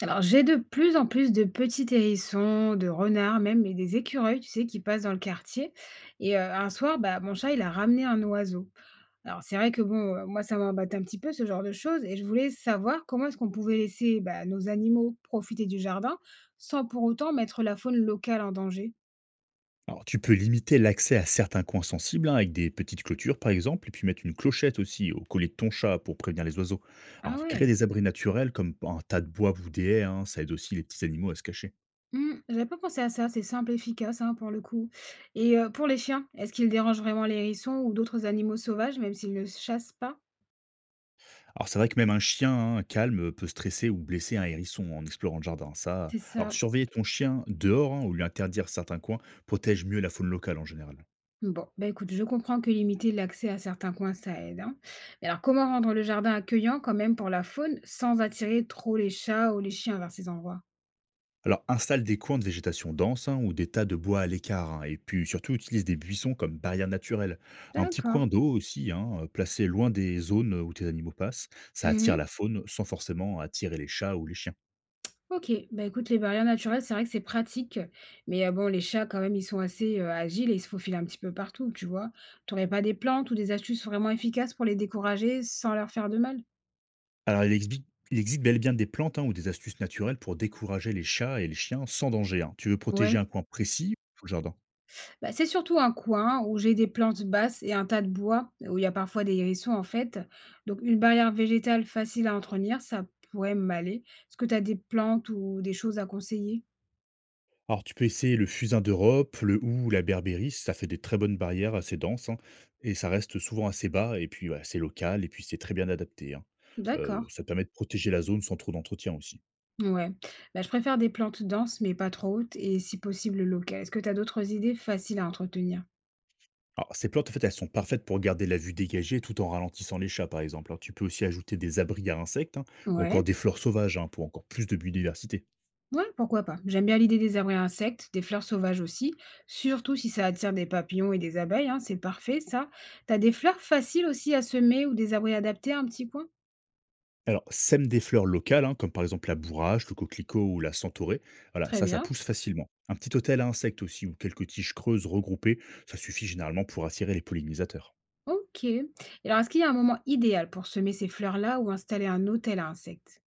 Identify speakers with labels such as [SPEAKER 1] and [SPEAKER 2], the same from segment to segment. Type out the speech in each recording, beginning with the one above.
[SPEAKER 1] Alors, j'ai de plus en plus de petits hérissons, de renards même et des écureuils, tu sais, qui passent dans le quartier. Et un soir, bah, mon chat, il a ramené un oiseau. Alors c'est vrai que bon, moi ça m'embête un petit peu ce genre de choses et je voulais savoir comment est-ce qu'on pouvait laisser, bah, nos animaux profiter du jardin, sans pour autant mettre la faune locale en danger?
[SPEAKER 2] Alors, tu peux limiter l'accès à certains coins sensibles, hein, avec des petites clôtures par exemple, et puis mettre une clochette aussi au collier de ton chat pour prévenir les oiseaux. Alors,
[SPEAKER 1] Ah
[SPEAKER 2] créer
[SPEAKER 1] ouais.
[SPEAKER 2] des abris naturels comme un tas de bois ou des haies, hein, ça aide aussi les petits animaux à se cacher.
[SPEAKER 1] Mmh, j'avais pas pensé à ça, c'est simple et efficace, hein, pour le coup. Et pour les chiens, est-ce qu'ils dérangent vraiment les hérissons ou d'autres animaux sauvages, même s'ils ne chassent pas?
[SPEAKER 2] Alors, c'est vrai que même un chien, hein, calme peut stresser ou blesser un hérisson en explorant le jardin. Ça,
[SPEAKER 1] C'est
[SPEAKER 2] alors
[SPEAKER 1] ça.
[SPEAKER 2] surveiller ton chien dehors, hein, ou lui interdire certains coins protège mieux la faune locale en général.
[SPEAKER 1] Bon, bah écoute, je comprends que limiter l'accès à certains coins, ça aide, hein. Mais alors, comment rendre le jardin accueillant quand même pour la faune sans attirer trop les chats ou les chiens vers ces endroits?
[SPEAKER 2] Alors, installe des coins de végétation dense, hein, ou des tas de bois à l'écart, hein, et puis, surtout, utilise des buissons comme barrière naturelle. Un petit
[SPEAKER 1] D'accord.
[SPEAKER 2] coin d'eau aussi, hein, placé loin des zones où tes animaux passent. Ça attire la
[SPEAKER 1] Mhm.
[SPEAKER 2] faune sans forcément attirer les chats ou les chiens.
[SPEAKER 1] Ok, bah écoute, les barrières naturelles, c'est vrai que c'est pratique, mais bon, les chats, quand même, ils sont assez agiles et ils se faufilent un petit peu partout, tu vois. T'aurais pas des plantes ou des astuces vraiment efficaces pour les décourager sans leur faire de mal?
[SPEAKER 2] Alors, il, exbi- il existe bel et bien des plantes, hein, ou des astuces naturelles pour décourager les chats et les chiens sans danger, hein. Tu veux protéger
[SPEAKER 1] Ouais.
[SPEAKER 2] un coin précis ou le jardin?
[SPEAKER 1] Bah, c'est surtout un coin où j'ai des plantes basses et un tas de bois, où il y a parfois des hérissons en fait. Donc une barrière végétale facile à entretenir, ça pourrait m'aller. Est-ce que tu as des plantes ou des choses à conseiller?
[SPEAKER 2] Alors, tu peux essayer le fusain d'Europe, le hou ou la berbérie, ça fait des très bonnes barrières assez denses, hein, et ça reste souvent assez bas, et puis ouais, c'est local, et puis c'est très bien adapté, hein.
[SPEAKER 1] D'accord.
[SPEAKER 2] Ça te permet de protéger la zone sans trop d'entretien aussi.
[SPEAKER 1] Ouais. Bah, je préfère des plantes denses, mais pas trop hautes, et si possible locales. Est-ce que tu as d'autres idées faciles à entretenir?
[SPEAKER 2] Alors, ces plantes, en fait, elles sont parfaites pour garder la vue dégagée tout en ralentissant les chats, par exemple, hein. Tu peux aussi ajouter des abris à insectes, hein, ou encore
[SPEAKER 1] Ouais.
[SPEAKER 2] des fleurs sauvages, hein, pour encore plus de biodiversité.
[SPEAKER 1] Ouais, pourquoi pas. J'aime bien l'idée des abris à insectes, des fleurs sauvages aussi, surtout si ça attire des papillons et des abeilles, hein, c'est parfait ça. T'as des fleurs faciles aussi à semer ou des abris adaptés à un petit coin?
[SPEAKER 2] Alors, sème des fleurs locales, hein, comme par exemple la bourrache, le coquelicot ou la centaurée. Voilà,
[SPEAKER 1] Très
[SPEAKER 2] ça
[SPEAKER 1] bien.
[SPEAKER 2] pousse facilement. Un petit hôtel à insectes aussi, ou quelques tiges creuses regroupées, ça suffit généralement pour attirer les pollinisateurs.
[SPEAKER 1] OK. Et alors, est-ce qu'il y a un moment idéal pour semer ces fleurs-là ou installer un hôtel à insectes?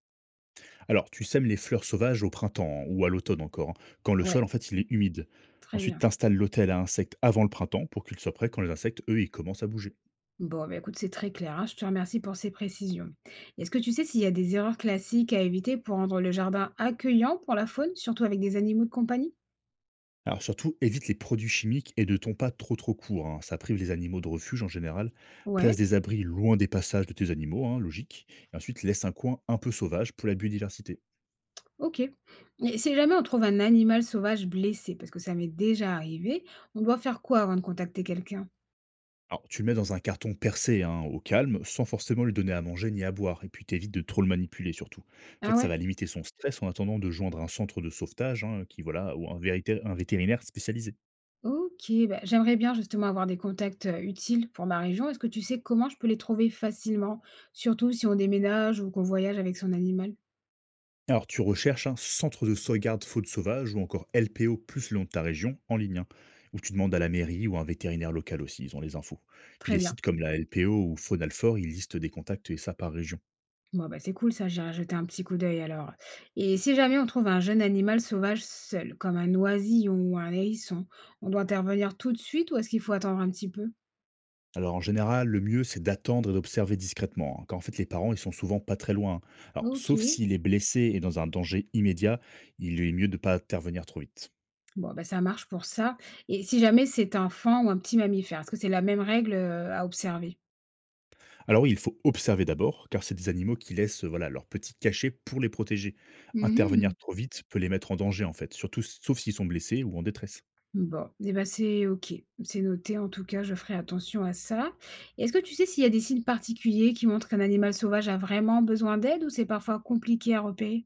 [SPEAKER 2] Alors, tu sèmes les fleurs sauvages au printemps, hein, ou à l'automne encore, hein, quand le
[SPEAKER 1] Ouais,
[SPEAKER 2] sol, en fait, il est humide.
[SPEAKER 1] très
[SPEAKER 2] Ensuite,
[SPEAKER 1] bien.
[SPEAKER 2] tu installes l'hôtel à insectes avant le printemps pour qu'il soit prêt quand les insectes, eux, ils commencent à bouger.
[SPEAKER 1] Bon, bah, écoute, c'est très clair, hein. Je te remercie pour ces précisions. Est-ce que tu sais s'il y a des erreurs classiques à éviter pour rendre le jardin accueillant pour la faune, surtout avec des animaux de compagnie?
[SPEAKER 2] Alors surtout, évite les produits chimiques et ne tombe pas trop court, hein. Ça prive les animaux de refuge en général. Place
[SPEAKER 1] Ouais,
[SPEAKER 2] des abris loin des passages de tes animaux, hein, logique. Et ensuite, laisse un coin un peu sauvage pour la biodiversité.
[SPEAKER 1] ok. Et si jamais on trouve un animal sauvage blessé, parce que ça m'est déjà arrivé, on doit faire quoi avant de contacter quelqu'un?
[SPEAKER 2] Alors tu le mets dans un carton percé, hein, au calme, sans forcément lui donner à manger ni à boire. Et puis t'évites de trop le manipuler surtout. En
[SPEAKER 1] Ah
[SPEAKER 2] fait, ça
[SPEAKER 1] ouais?
[SPEAKER 2] va limiter son stress en attendant de joindre un centre de sauvetage, hein, qui voilà, ou un, un vétérinaire spécialisé.
[SPEAKER 1] OK, bah, j'aimerais bien justement avoir des contacts, utiles pour ma région. Est-ce que tu sais comment je peux les trouver facilement? Surtout si on déménage ou qu'on voyage avec son animal?
[SPEAKER 2] Alors, tu recherches un centre de sauvegarde faune sauvage ou encore LPO plus le nom de ta région en ligne, hein, ou tu demandes à la mairie ou à un vétérinaire local aussi, ils ont les infos. Puis des
[SPEAKER 1] Très bien.
[SPEAKER 2] sites comme la LPO ou Faunalfort, ils listent des contacts et ça par région.
[SPEAKER 1] Bon, bah, c'est cool ça, j'irai jeter un petit coup d'œil alors. Et si jamais on trouve un jeune animal sauvage seul, comme un oisillon ou un hérisson, on doit intervenir tout de suite ou est-ce qu'il faut attendre un petit peu?
[SPEAKER 2] Alors en général, le mieux c'est d'attendre et d'observer discrètement, hein, car en fait les parents ils sont souvent pas très loin, hein. Alors sauf
[SPEAKER 1] OK.
[SPEAKER 2] s'il est blessé et dans un danger immédiat, il est mieux de pas intervenir trop vite.
[SPEAKER 1] Bon, bah, ça marche pour ça. Et si jamais c'est un faon ou un petit mammifère, est-ce que c'est la même règle, à observer?
[SPEAKER 2] Alors oui, il faut observer d'abord, car c'est des animaux qui laissent, voilà, leur petit cachet pour les protéger.
[SPEAKER 1] Mmh.
[SPEAKER 2] Intervenir trop vite peut les mettre en danger, en fait, surtout sauf s'ils sont blessés ou en détresse.
[SPEAKER 1] Bon, eh ben c'est OK. C'est noté en tout cas, je ferai attention à ça. Et est-ce que tu sais s'il y a des signes particuliers qui montrent qu'un animal sauvage a vraiment besoin d'aide ou c'est parfois compliqué à repérer?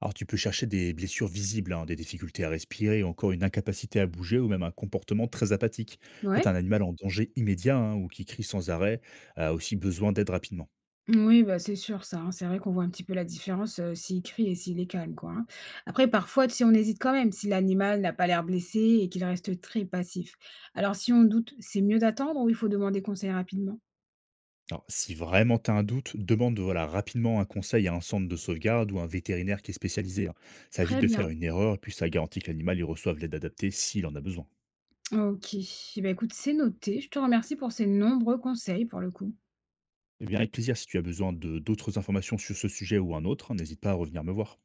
[SPEAKER 2] Alors tu peux chercher des blessures visibles, hein, des difficultés à respirer, encore une incapacité à bouger ou même un comportement très apathique. En fait,
[SPEAKER 1] Ouais?
[SPEAKER 2] un animal en danger immédiat, hein, ou qui crie sans arrêt a aussi besoin d'aide rapidement.
[SPEAKER 1] Oui, bah c'est sûr ça, hein. C'est vrai qu'on voit un petit peu la différence, s'il crie et s'il est calme, quoi, hein. Après parfois, tu sais, on hésite quand même si l'animal n'a pas l'air blessé et qu'il reste très passif. Alors si on doute, c'est mieux d'attendre ou il faut demander conseil rapidement?
[SPEAKER 2] Alors, si vraiment tu as un doute, demande voilà, rapidement un conseil à un centre de sauvegarde ou un vétérinaire qui est spécialisé, hein. Ça évite
[SPEAKER 1] Très
[SPEAKER 2] de Ok. faire
[SPEAKER 1] bien.
[SPEAKER 2] une erreur et puis ça garantit que l'animal il reçoive l'aide adaptée s'il en a besoin.
[SPEAKER 1] OK. Et bah écoute, c'est noté. Je te remercie pour ces nombreux conseils pour le coup.
[SPEAKER 2] Eh bien, avec plaisir, si tu as besoin de d'autres informations sur ce sujet ou un autre, n'hésite pas à revenir me voir.